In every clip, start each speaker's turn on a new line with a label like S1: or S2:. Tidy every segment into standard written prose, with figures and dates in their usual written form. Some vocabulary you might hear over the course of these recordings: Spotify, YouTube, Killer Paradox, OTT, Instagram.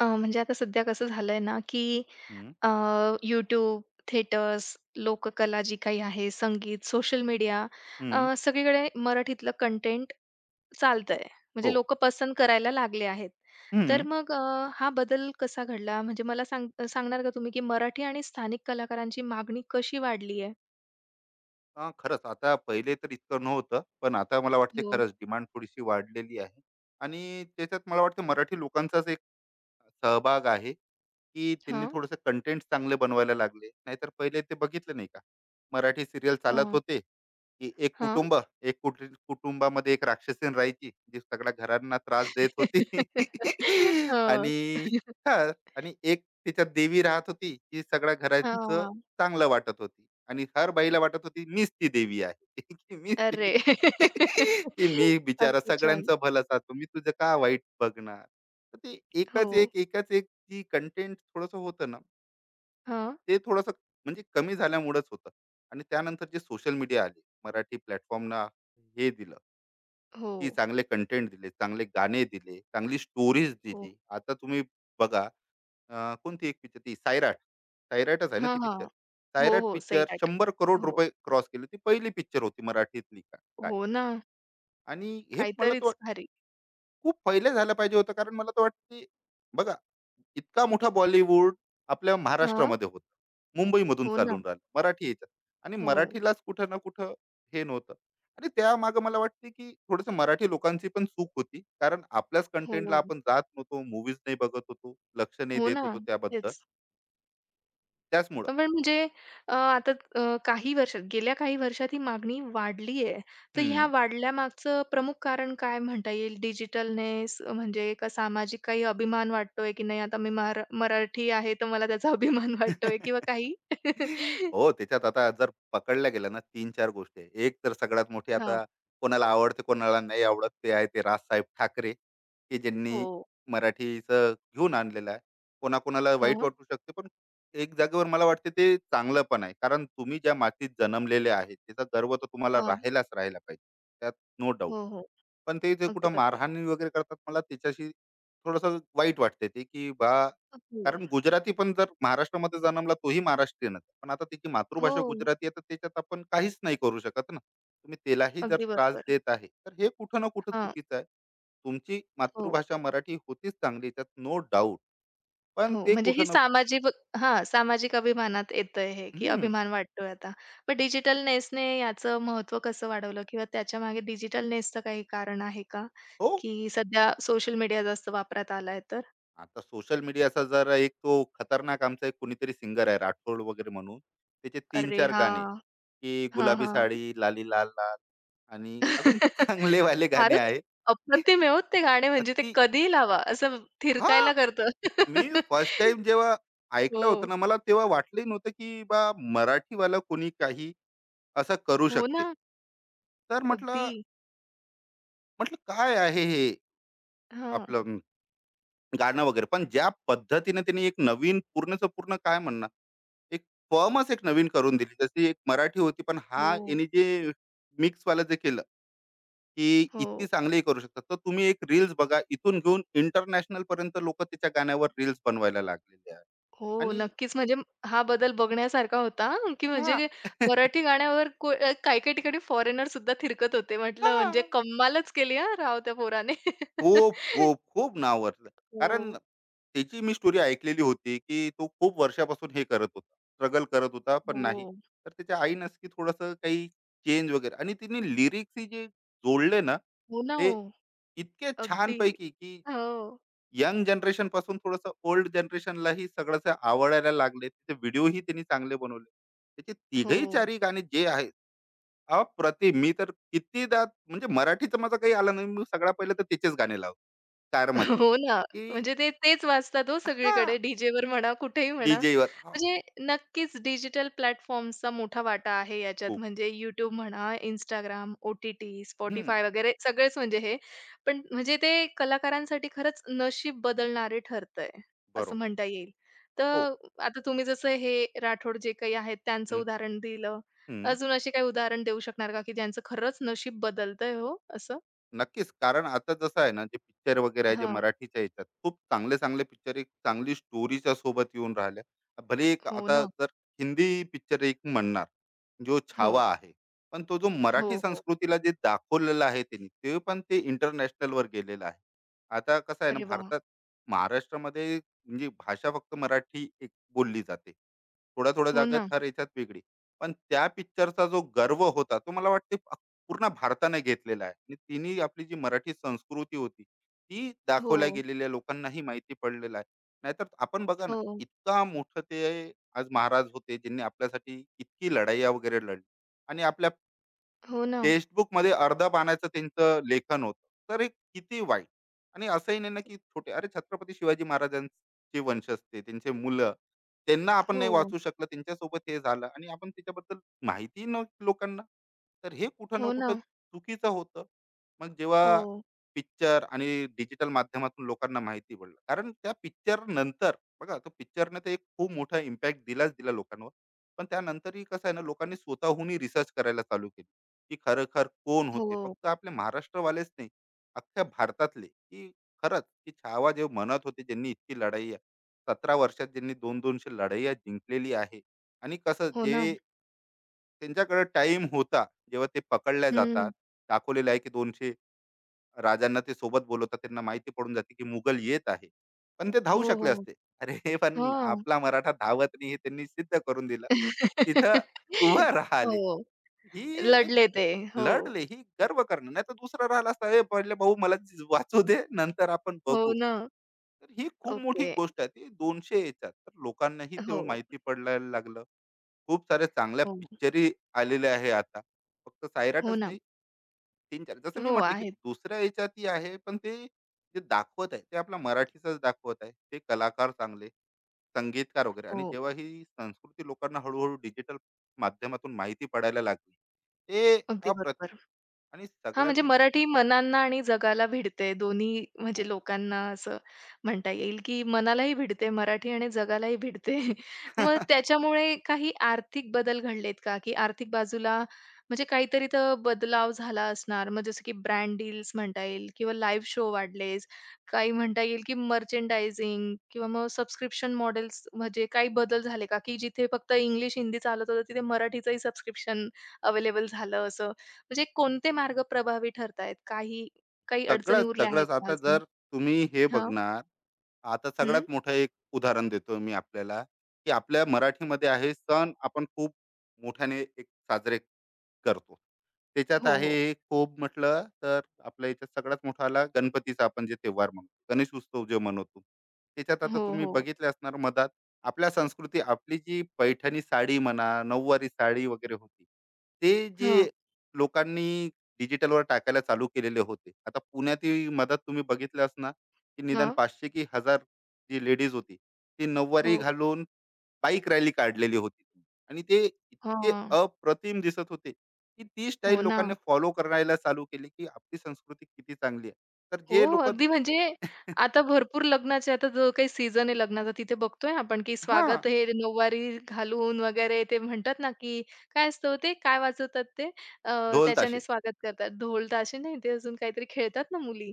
S1: म्हणजे आता सध्या कसं झालंय ना, की
S2: हं,
S1: अ, YouTube, थिएटर्स, लोककला जी काही आहे, संगीत, सोशल मीडिया,
S2: हं,
S1: सगळीकडे मराठीतलं कंटेंट चालतंय. म्हणजे
S2: हो.
S1: लोकं पसंत करायला लागले आहेत. तर
S2: हं.
S1: मग हा बदल कसा घडला? म्हणजे मला सांगणार का तुम्ही, की मराठी आणि स्थानिक कलाकारांची मागणी कशी वाढली आहे?
S2: खरंच आता पहिले तर इतकं नव्हतं. पण आता मला वाटते
S1: हो.
S2: खरंच डिमांड थोडीशी वाढलेली आहे आणि त्याच्यात मला वाटतं मराठी लोकांचाच एक सहभाग आहे, की त्यांनी
S1: हां.
S2: थोडंसं कंटेंट चांगले बनवायला लागले. नाहीतर पहिले ते बघितलं नाही का? मराठी सिरियल चालत
S1: हां.
S2: होते, की एक
S1: हां.
S2: कुटुंब, एक कुट कुटुंबामध्ये एक राक्षसीण राहायची, जी सगळ्या घरांना त्रास देत होती.
S1: हो.
S2: आणि हां, आणि एक तिच्यात देवी राहत होती, जी सगळ्या घरांचं
S1: हां.
S2: चांगलं वाटत होती. आणि हर बाईला वाटत होती, मीच ती देवी आहे, की मीच ती,
S1: अरे!
S2: की मी बिचारा
S1: अगदी छान.
S2: सगळ्यांचं भलं साधतो, मी तुझं का वाईट बघणार? तर ते
S1: हो.
S2: एकच एक जी कंटेंट थोडंसं होतं ना,
S1: हां.
S2: ते थोडंसं म्हणजे कमी झाल्यामुळेच होतं. आणि त्यानंतर जे सोशल मीडिया आले मराठी प्लॅटफॉर्मना हे दिलं, की
S1: हो,
S2: चांगले कंटेंट दिले, चांगले गाणे दिले, चांगली स्टोरीज
S1: हो.
S2: दिली. आता तुम्ही बघा, कोणती एक पिक्चर ती सायराट. सायराटच आहे ना
S1: हां,
S2: ती
S1: हां.
S2: पिक्चर.
S1: हो,
S2: सायराट
S1: हो.
S2: पिक्चर
S1: सैराट.
S2: शंभर करोड
S1: हो.
S2: रुपये क्रॉस केले, ती पहिली पिक्चर होती मराठीतली काय.
S1: हो ना.
S2: आणि हे मला तो
S1: काहीतरीच भारी.
S2: खूप पहिले झालं पाहिजे होतं. कारण मला तर वाटतं, की बघा, इतका मोठा बॉलिवूड आपल्या
S1: हां.
S2: महाराष्ट्रामध्ये होता. मुंबईमधून
S1: हो ना.
S2: चालून राहिला. मराठी ह्याच्यात आणि
S1: हो.
S2: मराठीलाच कुठं ना कुठं हे नव्हतं. आणि त्यामागे मला वाटते, की थोडंसं मराठी लोकांची पण चूक होती. कारण आपल्याच कंटेंटला
S1: हो.
S2: आपण जात नव्हतो, मूव्हीज नाही बघत होतो, लक्ष नाही
S1: हो
S2: देत
S1: ना.
S2: होतो त्याबद्दल.
S1: तेच.
S2: त्याचमुळं.
S1: पण म्हणजे आता काही वर्षात गेल्या काही वर्षात ही मागणी वाढली आहे. तर ह्या
S2: हं.
S1: वाढल्यामागचं प्रमुख कारण काय म्हणता येईल? डिजिटलनेस म्हणजे का सामाजिक काही अभिमान वाटतोय, की नाही आता मी मराठी आहे, तर मला त्याचा अभिमान वाटतोय किंवा काही?
S2: हो, त्याच्यात आता जर पकडल्या गेल्या ना, तीन चार गोष्टी आहे. एक तर सगळ्यात मोठी
S1: हां.
S2: आता कोणाला आवडते, कोणाला नाही आवडत, ते आहे ते राजसाहेब ठाकरे, की ज्यांनी
S1: हो.
S2: मराठीचं घेऊन आणलेलं आहे. कोणाकोणाला वाईट
S1: हां.
S2: वाटू शकते, पण एक जागेवर मला वाटते ते चांगलं पण आहे. कारण तुम्ही ज्या मातीत जन्मलेले आहे, त्याचा गर्व तर तुम्हाला
S1: हां.
S2: राहायलाच राहायला पाहिजे. त्यात नो डाउट.
S1: हो, हो.
S2: पण ते जे
S1: अगदी
S2: कुठं
S1: बरोबर.
S2: मारहाण वगैरे करतात मला त्याच्याशी थोडंसं वाईट वाटते ते, की बा,
S1: हो,
S2: कारण गुजराती पण जर महाराष्ट्रामध्ये जन्मला तोही महाराष्ट्रीयनच. पण आता त्याची
S1: हो.
S2: मातृभाषा गुजराती आहे, तर त्याच्यात आपण काहीच नाही करू शकत ना. तुम्ही त्यालाही जर
S1: अगदी
S2: त्रास
S1: बरोबर.
S2: देत आहे, तर हे कुठं ना कुठं
S1: हां.
S2: चुकीचं आहे. तुमची
S1: हो,
S2: मातृभाषा मराठी होतीच चांगली, त्यात नो डाऊट. पण
S1: हो.
S2: ते
S1: म्हणजे ही
S2: कुठं ना.
S1: सामाजिक हां, सामाजिक अभिमानात येतंय हे, की
S2: हम्म,
S1: अभिमान वाटतोय आता. पण डिजिटल नेसने याचं महत्त्व कसं वाढवलं किंवा त्याच्यामागे डिजिटल नेसचं काही कारण आहे का?
S2: हो.
S1: की सध्या सोशल मीडिया जास्त वापरात आलाय तर?
S2: आता सोशल मीडियाचा जर एक तो खतरनाक आमचा एक कोणीतरी सिंगर आहे राठोड वगैरे म्हणून, त्याचे तीन
S1: अरे
S2: चार
S1: हां.
S2: गाणे, की
S1: हां,
S2: गुलाबी
S1: हां.
S2: साडी, लाली लाल लाल, आणि अजून चांगले वाले गाणे
S1: फारच
S2: आहे.
S1: अप्रतिम आहे हो ते गाणे. म्हणजे ते
S2: ती
S1: कधीही लावा, असं
S2: हा
S1: थिरकायला करतं.
S2: मी फर्स्ट टाइम जेव्हा ऐकलं होतं
S1: हो.
S2: ना, मला तेव्हा वाटलंही नव्हतं की बा, मराठीवाला कोणी काही असं करू
S1: हो
S2: शकते.
S1: ना.
S2: तर
S1: अगदी.
S2: म्हटलं म्हटलं काय आहे हे,
S1: हां.
S2: आपलं गाणं वगैरे. पण ज्या पद्धतीने त्यांनी एक नवीन पूर्णच पूर्ण काय म्हणणार, एक फॉर्मच एक नवीन करून दिली. जशी एक मराठी होती, पण हा
S1: हो,
S2: याने जे मिक्स वाला जे केलं, की इतकी
S1: हो,
S2: चांगलीही करू शकतात. तर तुम्ही एक रील्स बघा, इथून घेऊन इंटरनॅशनल पर्यंत लोकं त्याच्या गाण्यावर रील्स बनवायला लागलेले आहेत.
S1: हो.
S2: आणि
S1: नक्कीच म्हणजे हा बदल बघण्यासारखा होता हां, की
S2: हां.
S1: म्हणजे मराठी गाण्यावर काही-काही ठिकाणी फॉरेनर सुद्धा थिरकत होते. म्हटलं म्हणजे
S2: हा
S1: कमालच केली हां राव त्या पोराने.
S2: खूप, खूप, खूप नाव वरलं. कारण
S1: हो,
S2: त्याची मी स्टोरी ऐकलेली होती, की तो खूप वर्षापासून हे करत होता, स्ट्रगल करत होता, पण नाही.
S1: हो.
S2: तर त्याच्या आई नक्की थोडंसं काही चेंज वगैरे, आणि तिने लिरिक्सही जे जोडले ना,
S1: हो ना,
S2: ते
S1: हो.
S2: इतके
S1: अगदी.
S2: छानपैकी, की
S1: हो,
S2: यंग जनरेशनपासून थोडंसं ओल्ड जनरेशनलाही सगळंच आवडायला लागले. त्याचे व्हिडिओही त्यांनी चांगले बनवले. त्याचे
S1: हो.
S2: तिघही चारही गाणे जे आहे, अप्रतिम. मी तर कितीदा, म्हणजे मराठीचं माझं काही आलं नाही. मी सगळ्यात पहिले तर तिचेच गाणे लावतो कारमध्ये,
S1: हो ना.
S2: की
S1: म्हणजे ते तेच वाजतात हो सगळीकडे.
S2: हां,
S1: डीजेवर म्हणा, कुठेही म्हणा.
S2: डी-जेवर. हो,
S1: म्हणजे नक्कीच डिजिटल प्लॅटफॉर्म्सचा मोठा वाटा आहे याच्यात.
S2: खूप.
S1: म्हणजे YouTube म्हणा, Instagram, ओ-टी-टी,
S2: हं,
S1: Spotify वगैरे सगळेच म्हणजे हे. पण म्हणजे ते कलाकारांसाठी खरंच नशीब बदलणारे ठरतंय, असं
S2: बरोबर.
S1: म्हणता येईल.
S2: हो.
S1: तर आता तुम्ही जसं हे राठोड जे काही आहेत त्यांचं
S2: हं,
S1: उदाहरण दिलं.
S2: हं.
S1: अजून असे काही उदाहरण देऊ शकणार का, की ज्यांचं खरंच नशीब बदलतंय हो असं?
S2: नक्कीच. कारण आता जसं आहे ना, जे पिक्चर वगैरे आहे, जे
S1: हां.
S2: मराठीच्या ह्याच्यात खूप चांगले-चांगले पिक्चर एक चांगली स्टोरीच्या सोबत येऊन राहिल्या. भले एक
S1: हो
S2: आता
S1: ना.
S2: जर हिंदी पिक्चर एक म्हणणार, जो
S1: हो.
S2: छावा आहे. पण तो जो
S1: हो,
S2: मराठी
S1: हो.
S2: संस्कृतीला जे दाखवलेला आहे त्यांनी, ते पण ते इंटरनॅशनलवर गेलेलं आहे. आता कसं आहे ना,
S1: अरे वाह!
S2: भारतात महाराष्ट्रामध्ये म्हणजे भाषा फक्त मराठी एक बोलली जाते. थोड्या-थोड्या
S1: हो
S2: जागेत
S1: ना.
S2: हर ह्याच्यात वेगळी. पण त्या पिक्चरचा जो गर्व होता, तो मला वाटते पूर्ण भारताने घेतलेला आहे, आणि तिने आपली जी मराठी संस्कृती होती ती
S1: हो,
S2: दाखवल्या गेलेल्या लोकांनाही माहिती पडलेलं आहे. नाहीतर आपण बघा ना,
S1: हो,
S2: इतका मोठं ते आज महाराज होते ज्यांनी आपल्यासाठी इतकी लढाया वगैरे लढली, आणि आपल्या
S1: हो ना.
S2: टेक्स्टबुकमध्ये अर्ध्या पानाचं त्यांचं लेखन होतं. तर हे किती वाईट. आणि असंही नाही ना, की छोटे अरे, छत्रपती शिवाजी महाराजांचे वंशजते, त्यांचे मुलं, त्यांना आपण नाही
S1: हो,
S2: वाचू शकलं, त्यांच्यासोबत हे झालं आणि आपण त्याच्याबद्दल माहिती नव्हती लोकांना. तर हे कुठं ना
S1: हो ना.
S2: कुठं चुकीचं होतं. मग जेव्हा
S1: हो,
S2: पिक्चर आणि डिजिटल माध्यमातून लोकांना माहिती पडलं. कारण त्या पिक्चरनंतर बघा, तो पिक्चरनं तर एक खूप मोठा इम्पॅक्ट दिलाच दिला लोकांवर. पण त्यानंतरही कसं आहे ना, लोकांनी स्वतःहूनही रिसर्च करायला चालू केली. की खरोखर कोण होते,
S1: हो,
S2: फक्त आपले महाराष्ट्रवालेच नाही, अख्ख्या भारतातले, की खरंच की छावा जे म्हणत होते ज्यांनी इतकी लढाई, 17 वर्षात ज्यांनी दोनशे लढाई जिंकलेली आहे. आणि कसं
S1: हो ना.
S2: जे त्यांच्याकडे टाइम होता, जेव्हा ते पकडल्या
S1: हं.
S2: जातात, दाखवलेलं आहे की 200 राजांना ते सोबत बोलवतात, त्यांना माहिती पडून जाते की मुघल येत आहे, पण ते धावू
S1: हो,
S2: शकले
S1: हो.
S2: असते. अरे, पण
S1: हां.
S2: आपला मराठा धावत नाही हे त्यांनी सिद्ध करून दिलं. तिथं उभं राहिले,
S1: हो,
S2: ही एक
S1: लढले ते. हो,
S2: लढले, ही गर्व करणं. नाहीतर दुसरा राहिला असता, "ए, पहिले भाऊ मला वाचू दे, नंतर आपण
S1: हो
S2: बघू."
S1: ना.
S2: तर ही खूप मोठी
S1: ओके.
S2: गोष्ट आहे, ती 200 याच्यात तर लोकांनाही तेव्हा
S1: हो,
S2: माहिती पडायला लागलं. खूप साऱ्या चांगल्या
S1: हो,
S2: पिक्चरी आलेल्या आहे आता, फक्त
S1: हो
S2: सायराटच
S1: ना.
S2: नाही, तीन चार जसं मी
S1: हो,
S2: म्हटलं की
S1: आहेत.
S2: दुसऱ्या याच्यातही आहे. पण ते जे दाखवत आहे ते आपला मराठीचाच दाखवत आहे, ते कलाकार चांगले, संगीतकार वगैरे. आणि
S1: हो,
S2: जेव्हा ही संस्कृती लोकांना हळूहळू डिजिटल माध्यमातून माहिती पडायला लागली, ते
S1: अगदी
S2: अप्रतिम.
S1: बरोबर.
S2: आणि
S1: हां, म्हणजे
S2: सगळ्यात
S1: मराठी मनांना आणि जगाला भिडते. दोन्ही म्हणजे
S2: हो.
S1: लोकांना असं म्हणता येईल, की मनालाही भिडते मराठी आणि जगालाही भिडते. मग त्याच्यामुळे काही आर्थिक बदल घडलेत का? की आर्थिक बाजूला म्हणजे काहीतरी तर बदलाव झाला असणार. मग जसं की ब्रँड डील्स म्हणता येईल किंवा लाईव्ह शो वाढले, काही म्हणता येईल, की मर्चेंडायझिंग किंवा मग सबस्क्रिप्शन मॉडेल्स, म्हणजे काही बदल झाले का? की जिथे फक्त इंग्लिश, हिंदी चालत होतं, तिथे मराठीचंही सबस्क्रिप्शन अवेलेबल झालं असं? म्हणजे कोणते मार्ग प्रभावी ठरतायत? काही काही अडचणी
S2: सगळंच,
S1: उरल्या आहेत
S2: सगळंच.
S1: का
S2: आता
S1: अजून?
S2: जर तुम्ही हे
S1: हां.
S2: बघणार, आता
S1: हं.
S2: सगळ्यात मोठं एक उदाहरण देतो मी आपल्याला, की आपल्या मराठीमध्ये आहे सण, आपण खूप मोठ्याने एक साजरे करतो. त्याच्यात
S1: हो, हो.
S2: आहे खूप म्हटलं तर आपल्या याच्यात सगळ्यात मोठा आला गणपतीचा, आपण जे त्योहार म्हणतो, गणेश उत्सव जे मनवतो. त्याच्यात आता
S1: हो,
S2: तुम्ही
S1: हो.
S2: बघितले असणार मधात आपल्या संस्कृती, आपली जी पैठणी साडी म्हणा, नऊवारी साडी वगैरे होती. ते
S1: हां,
S2: जे लोकांनी डिजिटलवर टाकायला चालू केलेले होते. आता पुण्यातही मधात तुम्ही बघितलं असणार, की निदान
S1: हां.
S2: 500 की 1000 जी लेडीज होती, ती नऊवारी
S1: हो.
S2: घालून बाईक रॅली काढलेली होती. आणि ते इतके
S1: हां.
S2: अप्रतिम दिसत होते, की ती
S1: हो
S2: स्टाईल
S1: ना.
S2: लोकांनी फॉलो करायला चालू केली, की आपली संस्कृती किती चांगली आहे. तर
S1: हो,
S2: जे लोक.
S1: अगदी म्हणजे आता भरपूर लग्नाचे, आता जो काही सीझन आहे लग्नाचा, तिथे बघतोय आपण, की
S2: हां,
S1: स्वागत हे नऊवारी घालून वगैरे. ते म्हणतात ना, की काय असतं ते, काय वाजवतात ते?
S2: ढोल
S1: त्याच्याने
S2: ताशे,
S1: स्वागत करतात. ढोल ताशे नाही ते अजून काहीतरी खेळतात ना मुली.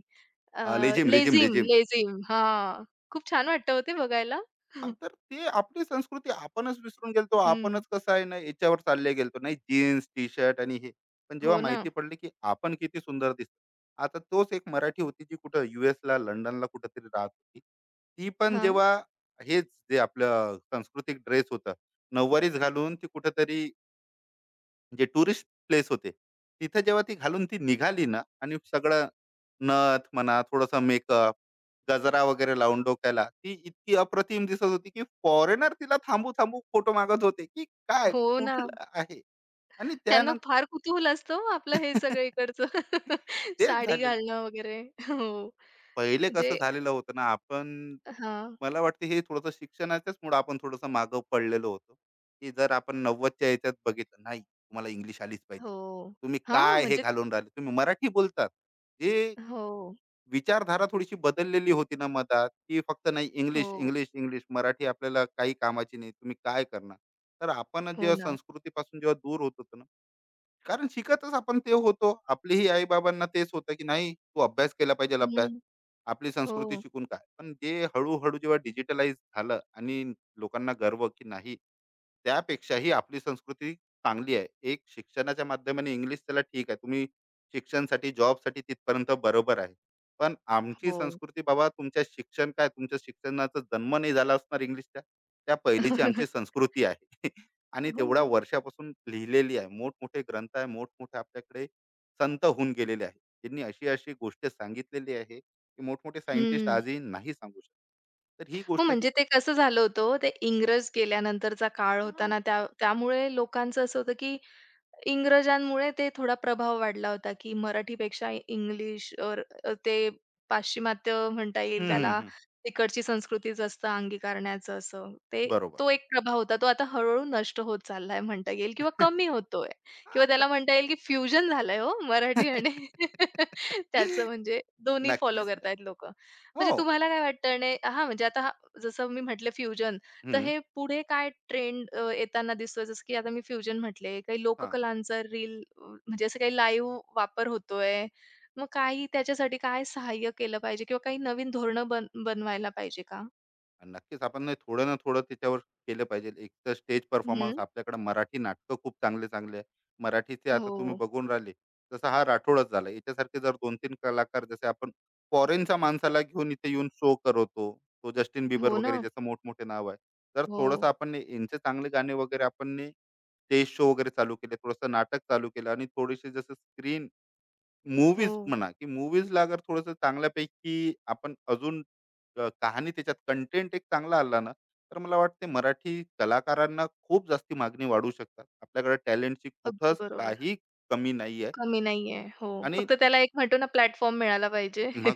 S1: अ,
S2: लेझीम, लेझीम,
S1: लेझीम,
S2: लेझीम.
S1: लेझीम. हां. खूप छान वाटतं हो ते बघायला.
S2: हां, तर ते आपली संस्कृती आपणच विसरून गेलतो.
S1: हं,
S2: आपणच कसं आहे ना, याच्यावर चालले गेलतो. नाही जीन्स, टी-शर्ट आणि हे. पण जेव्हा
S1: हो ना.
S2: माहिती पडली, की आपण किती सुंदर दिसतो. आता तोच एक मराठी होती, जी कुठं यूएसला, लंडनला कुठेतरी राहत होती. ती पण
S1: हां.
S2: जेव्हा हेच जे आपलं सांस्कृतिक ड्रेस होता, नऊवारीच घालून ती कुठेतरी जे टुरिस्ट प्लेस होते. तिथे जेव्हा ती घालून ती निघाली ना, आणि सगळं नथ म्हणा, थोडासा मेकअप, गजरा वगैरे लावून डोक्याला, ती इतकी अप्रतिम दिसत होती, की फॉरेनर तिला थांबू-थांबू फोटो मागत होते, की काय
S1: हो ना.
S2: कुठलं आहे? आणि
S1: त्यांना
S2: त्यानंतर
S1: फार कुतूहल असतं हो आपलं हे सगळं इकडचं.
S2: तेच
S1: साडी
S2: झालेलं.
S1: घालणं वगैरे. हो.
S2: पहिले कसं
S1: म्हणजे
S2: झालेलं होतं ना, आपण,
S1: हां.
S2: मला वाटते हे थोडंसं शिक्षणाच्याचमुळं आपण थोडंसं मागं पडलेलो होतो, की जर आपण 90च्या याच्यात बघितलं, नाही तुम्हाला इंग्लिश आलीच पाहिजे.
S1: हो.
S2: तुम्ही
S1: हां,
S2: काय हे
S1: म्हणजे
S2: घालून राहिले, तुम्ही मराठी बोलतात. हे
S1: हो,
S2: विचारधारा थोडीशी बदललेली होती ना मधात, की फक्त नाही इंग्लिश,
S1: हो,
S2: इंग्लिश, इंग्लिश. मराठी आपल्याला काही कामाची नाही, तुम्ही काय करणार? तर आपण
S1: हो
S2: जेव्हा
S1: ना.
S2: संस्कृतीपासून जेव्हा दूर होतो, कारण शिकतच आपण ते होतो. आपलीही आई-बाबांना तेच होतं, की नाही तू अभ्यास केला पाहिजे अभ्यास.
S1: हं.
S2: आपली संस्कृती
S1: हो,
S2: शिकून काय? पण जे हळू जेव्हा डिजिटलाइज झालं आणि लोकांना गर्व की नाही, त्यापेक्षाही आपली संस्कृती चांगली आहे. एक शिक्षणाच्या माध्यमाने इंग्लिश त्याला ठीक आहे. तुम्ही शिक्षणसाठी, जॉबसाठी तिथपर्यंत बरोबर आहे. पण आमची
S1: हो.
S2: संस्कृती बाबा तुमच्या शिक्षण काय, तुमच्या शिक्षणाचा जन्म नाही झाला असणार इंग्लिशच्या. त्या पहिलीची आमची संस्कृती आहे. आणि तेवढ्या
S1: हो.
S2: वर्षापासून लिहिलेली आहे. मोठमोठे ग्रंथ आहे, मोठमोठे आपल्याकडे संत होऊन गेलेले आहेत. त्यांनी अशी-अशी गोष्ट सांगितलेली आहे, की मोठमोठे सायंटिस्ट
S1: हं.
S2: आजही नाही सांगू शकत. तर ही
S1: हो,
S2: गोष्ट जी
S1: म्हणजे ते कसं झालं होतं ओ, ते इंग्रज गेल्यानंतरचा काळ होता
S2: हां.
S1: ना, त्यामुळे लोकांचं असं होतं, की इंग्रजांमुळे ते थोडा प्रभाव वाढला होता, की मराठीपेक्षा इंग्लिश और ते पाश्चिमात्य म्हणता
S2: हं,
S1: येईल
S2: हं,
S1: त्याला.
S2: हं.
S1: तिकडची संस्कृती जास्त अंगीकारण्याचं असं. ते
S2: बरोबर.
S1: तो एक प्रभाव होता. तो आता हळू-हळू नष्ट होत चाललाय म्हणता येईल किंवा कमी होतोय किंवा त्याला
S2: हां.
S1: म्हणता येईल, की फ्युजन झालंय हो मराठी आणि त्याचं म्हणजे दोन्ही फॉलो
S2: नक्कीच नाही.
S1: करतायत लोकं.
S2: हो.
S1: म्हणजे तुम्हाला काय वाटतं? आणि हां, म्हणजे आता जसं मी म्हटलं फ्युजन, तर
S2: हं.
S1: हे पुढे काय ट्रेंड येताना दिसतोय? जसं की आता मी फ्युजन म्हटले, काही
S2: हां.
S1: लोककलांचा रील, म्हणजे असं काही लाईव्ह वापर होतोय. मग काही त्याच्यासाठी काय सहाय्य केलं पाहिजे किंवा काही नवीन धोरणं बनवायला पाहिजे का?
S2: आणि नक्कीच आपण नाही थोडं ना थोडं त्याच्यावर केलं पाहिजे. एक तर स्टेज, हं, परफॉर्मन्स
S1: हं.
S2: आपल्याकडे मराठी नाटकं खूप चांगले चांगले आहे. मराठीचे आता तुम्ही
S1: हो.
S2: बघून राहिले जसं हा राठोडच झाला, याच्यासारखे जर दोन तीन कलाकार, जसे आपण फॉरेनच्या माणसाला घेऊन इथे येऊन शो करवतो, तो जस्टिन बिबर
S1: हो ना.
S2: वगैरे ज्याचं मोठमोठे नाव आहे. तर
S1: हो,
S2: थोडंसं आपण ने यांचे चांगले गाणे वगैरे, आपण ने स्टेज शो वगैरे चालू केले, थोडंसं नाटक चालू केलं, आणि थोडीशी जसं स्क्रीन
S1: हो.
S2: मूव्हीज म्हणा, की मूव्हीजला अगर थोडंसं चांगल्यापैकी आपण अजून, कहाणी त्याच्यात कंटेंट एक चांगला आला ना, तर मला वाटते मराठी कलाकारांना खूप जास्ती मागणी वाढू शकतात. आपल्याकडे टॅलेंटची
S1: अगदी
S2: कुठंच
S1: बरोबर.
S2: काही कमी नाही आहे.
S1: कमी नाहीये. हो.
S2: आणि
S1: फक्त त्याला एक म्हणतो ना, प्लॅटफॉर्म मिळाला पाहिजे.
S2: मग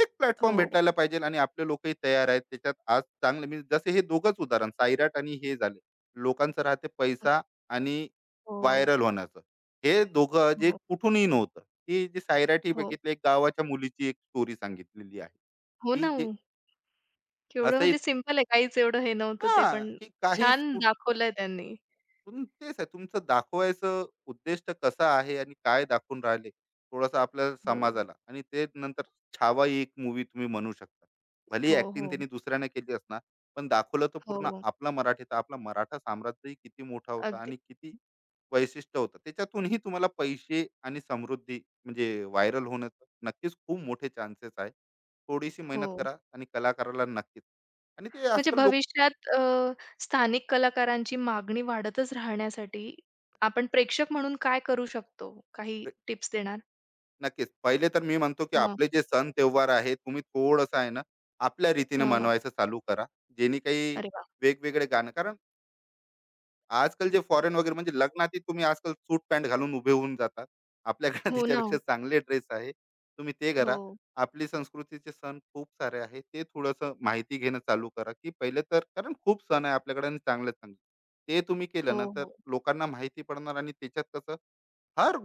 S2: एक
S1: हो,
S2: प्लॅटफॉर्म भेटायला पाहिजे, आणि आपले लोकही तयार आहेत त्याच्यात. आज चांगले, मी जसे हे दोघंच उदाहरण सायराट आणि हे झाले, लोकांचं राहते पैसा आणि
S1: हो,
S2: व्हायरल होण्याचं. हे दोघं जे
S1: हो,
S2: कुठूनही नव्हतं, ती जी सायराट ही
S1: हो.
S2: बघितली, एक गावाच्या मुलीची एक स्टोरी सांगितलेली आहे,
S1: हो ना.
S2: की जे
S1: हो. केवढं
S2: असं
S1: म्हणजे
S2: इत-,
S1: सिंपल आहे. काहीच एवढं हे नव्हतं
S2: हा
S1: ते, पण
S2: की काहीच,
S1: छान दाखवलंय त्यांनी.
S2: तेच आहे तुमचं दाखवायचं उद्दिष्ट कसं आहे, आणि काय दाखवून राहिले थोडंसं आपल्या
S1: हो.
S2: समाजाला. आणि ते नंतर छावा ही एक मूवी तुम्ही म्हणू शकता, भले
S1: हो,
S2: ऍक्टिंग
S1: हो.
S2: त्यांनी दुसऱ्याने केली असणार, पण दाखवलं तर पूर्ण
S1: हो.
S2: आपला मराठी, तर आपला मराठा साम्राज्यही किती मोठा होता
S1: अगदी.
S2: आणि किती वैशिष्ट्य होतं. त्याच्यातूनही तुम्हाला पैसे आणि समृद्धी म्हणजे व्हायरल होण्याचं नक्कीच खूप मोठे चान्सेस आहे. थोडीशी मेहनत
S1: हो.
S2: करा, आणि कलाकाराला नक्कीच. आणि ते
S1: म्हणजे
S2: आजकाल लोक
S1: भविष्यात अ, स्थानिक कलाकारांची मागणी वाढतच राहण्यासाठी आपण प्रेक्षक म्हणून काय करू शकतो? काही टिप्स देणार?
S2: नक्कीच. पहिले तर मी म्हणतो, की
S1: हां,
S2: आपले जे सण त्योहार आहे, तुम्ही थोडंसं आहे ना, आपल्या रीतीने
S1: हां.
S2: मनवायचं चालू करा. जेणे काही
S1: अरे वाह!
S2: वेगवेगळे गाणं, कारण आजकाल जे फॉरेन वगैरे, म्हणजे लग्नातही तुम्ही आजकाल सूट पॅन्ट घालून उभे होऊन जातात. आपल्याकडे
S1: हो ना.
S2: त्याच्यापेक्षा चांगले ड्रेस आहे. तुम्ही ते करा.
S1: हो.
S2: आपली संस्कृतीचे सण खूप सारे आहेत. ते थोडंसं माहिती घेणं चालू करा, की पहिले तर, कारण खूप सण आहे आपल्याकडे आणि चांगले-चांगले. ते तुम्ही
S1: हो,
S2: केलं ना, तर
S1: हो.
S2: लोकांना माहिती पडणार. आणि त्याच्यात कसं, हर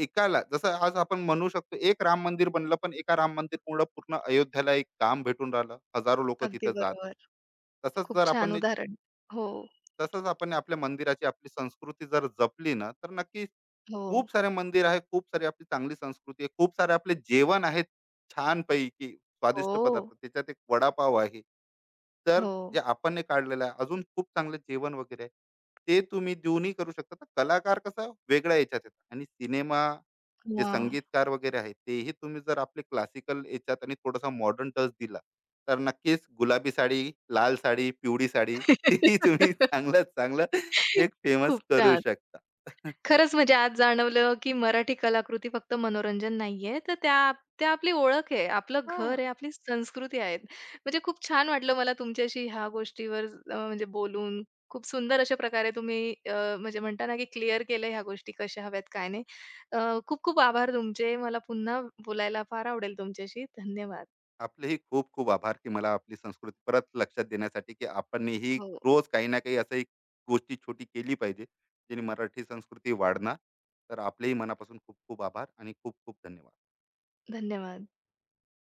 S2: एकाला जसं आज आपण म्हणू शकतो, एक राम मंदिर बनलं, पण एका राम मंदिरमुळे पूर्ण पूर्ण अयोध्याला एक काम भेटून राहिलं, हजारो लोक
S1: अगदी
S2: तिथं जात आहे.
S1: बरोबर.
S2: तसंच
S1: खूप
S2: जर आपण,
S1: छान उदाहरण. हो,
S2: तसंच आपण आपल्या मंदिराची आपली संस्कृती जर जपली ना, तर नक्कीच
S1: हो,
S2: खूप सारे मंदिर आहे, खूप सारी आपली चांगली संस्कृती आहे, खूप सारे आपले जेवण आहेत, छानपैकी स्वादिष्ट
S1: हो,
S2: पदार्थ, त्याच्यात एक वडापाव आहे. तर
S1: हो.
S2: जे आपण नाही काढलेलं आहे, अजून खूप चांगलं जेवण वगैरे आहे, ते तुम्ही देऊनही करू शकता. तर कलाकार कसं वेगळ्या याच्यात येतात, आणि सिनेमा जे
S1: हां.
S2: संगीतकार वगैरे आहे तेही तुम्ही जर आपले क्लासिकल याच्यात आणि थोडासा मॉडर्न टच दिला, तर नक्कीच गुलाबी साडी, लाल साडी, पिवळी साडी, तेही तुम्ही चांगल्यात चांगलं एक फेमस
S1: खूप
S2: करू
S1: छान.
S2: शकता.
S1: खरंच म्हणजे आज जाणवलं, की मराठी कलाकृती फक्त मनोरंजन नाहीये, तर त्या त्या आपली ओळख आहे, आपलं घर
S2: हां.
S1: आहे, आपली संस्कृती आहे. म्हणजे खूप छान वाटलं मला तुमच्याशी ह्या गोष्टीवर म्हणजे बोलून. खूप सुंदर अशा प्रकारे तुम्ही, म्हणजे म्हणता ना, की क्लिअर केलं ह्या गोष्टी कशा हव्यात, काय नाही. अ, खूप खूप आभार तुमचे. मला पुन्हा बोलायला फार आवडेल तुमच्याशी. धन्यवाद.
S2: आपलेही खूप-खूप आभार, की मला आपली संस्कृती परत लक्षात देण्यासाठी, की आपण ही
S1: हो.
S2: रोज काही ना काही असं एक गोष्टी छोटी केली पाहिजे, जेणे मराठी संस्कृती वाढणार. तर आपलेही मनापासून खूप-खूप आभार आणि खूप-खूप धन्यवाद.
S1: धन्यवाद.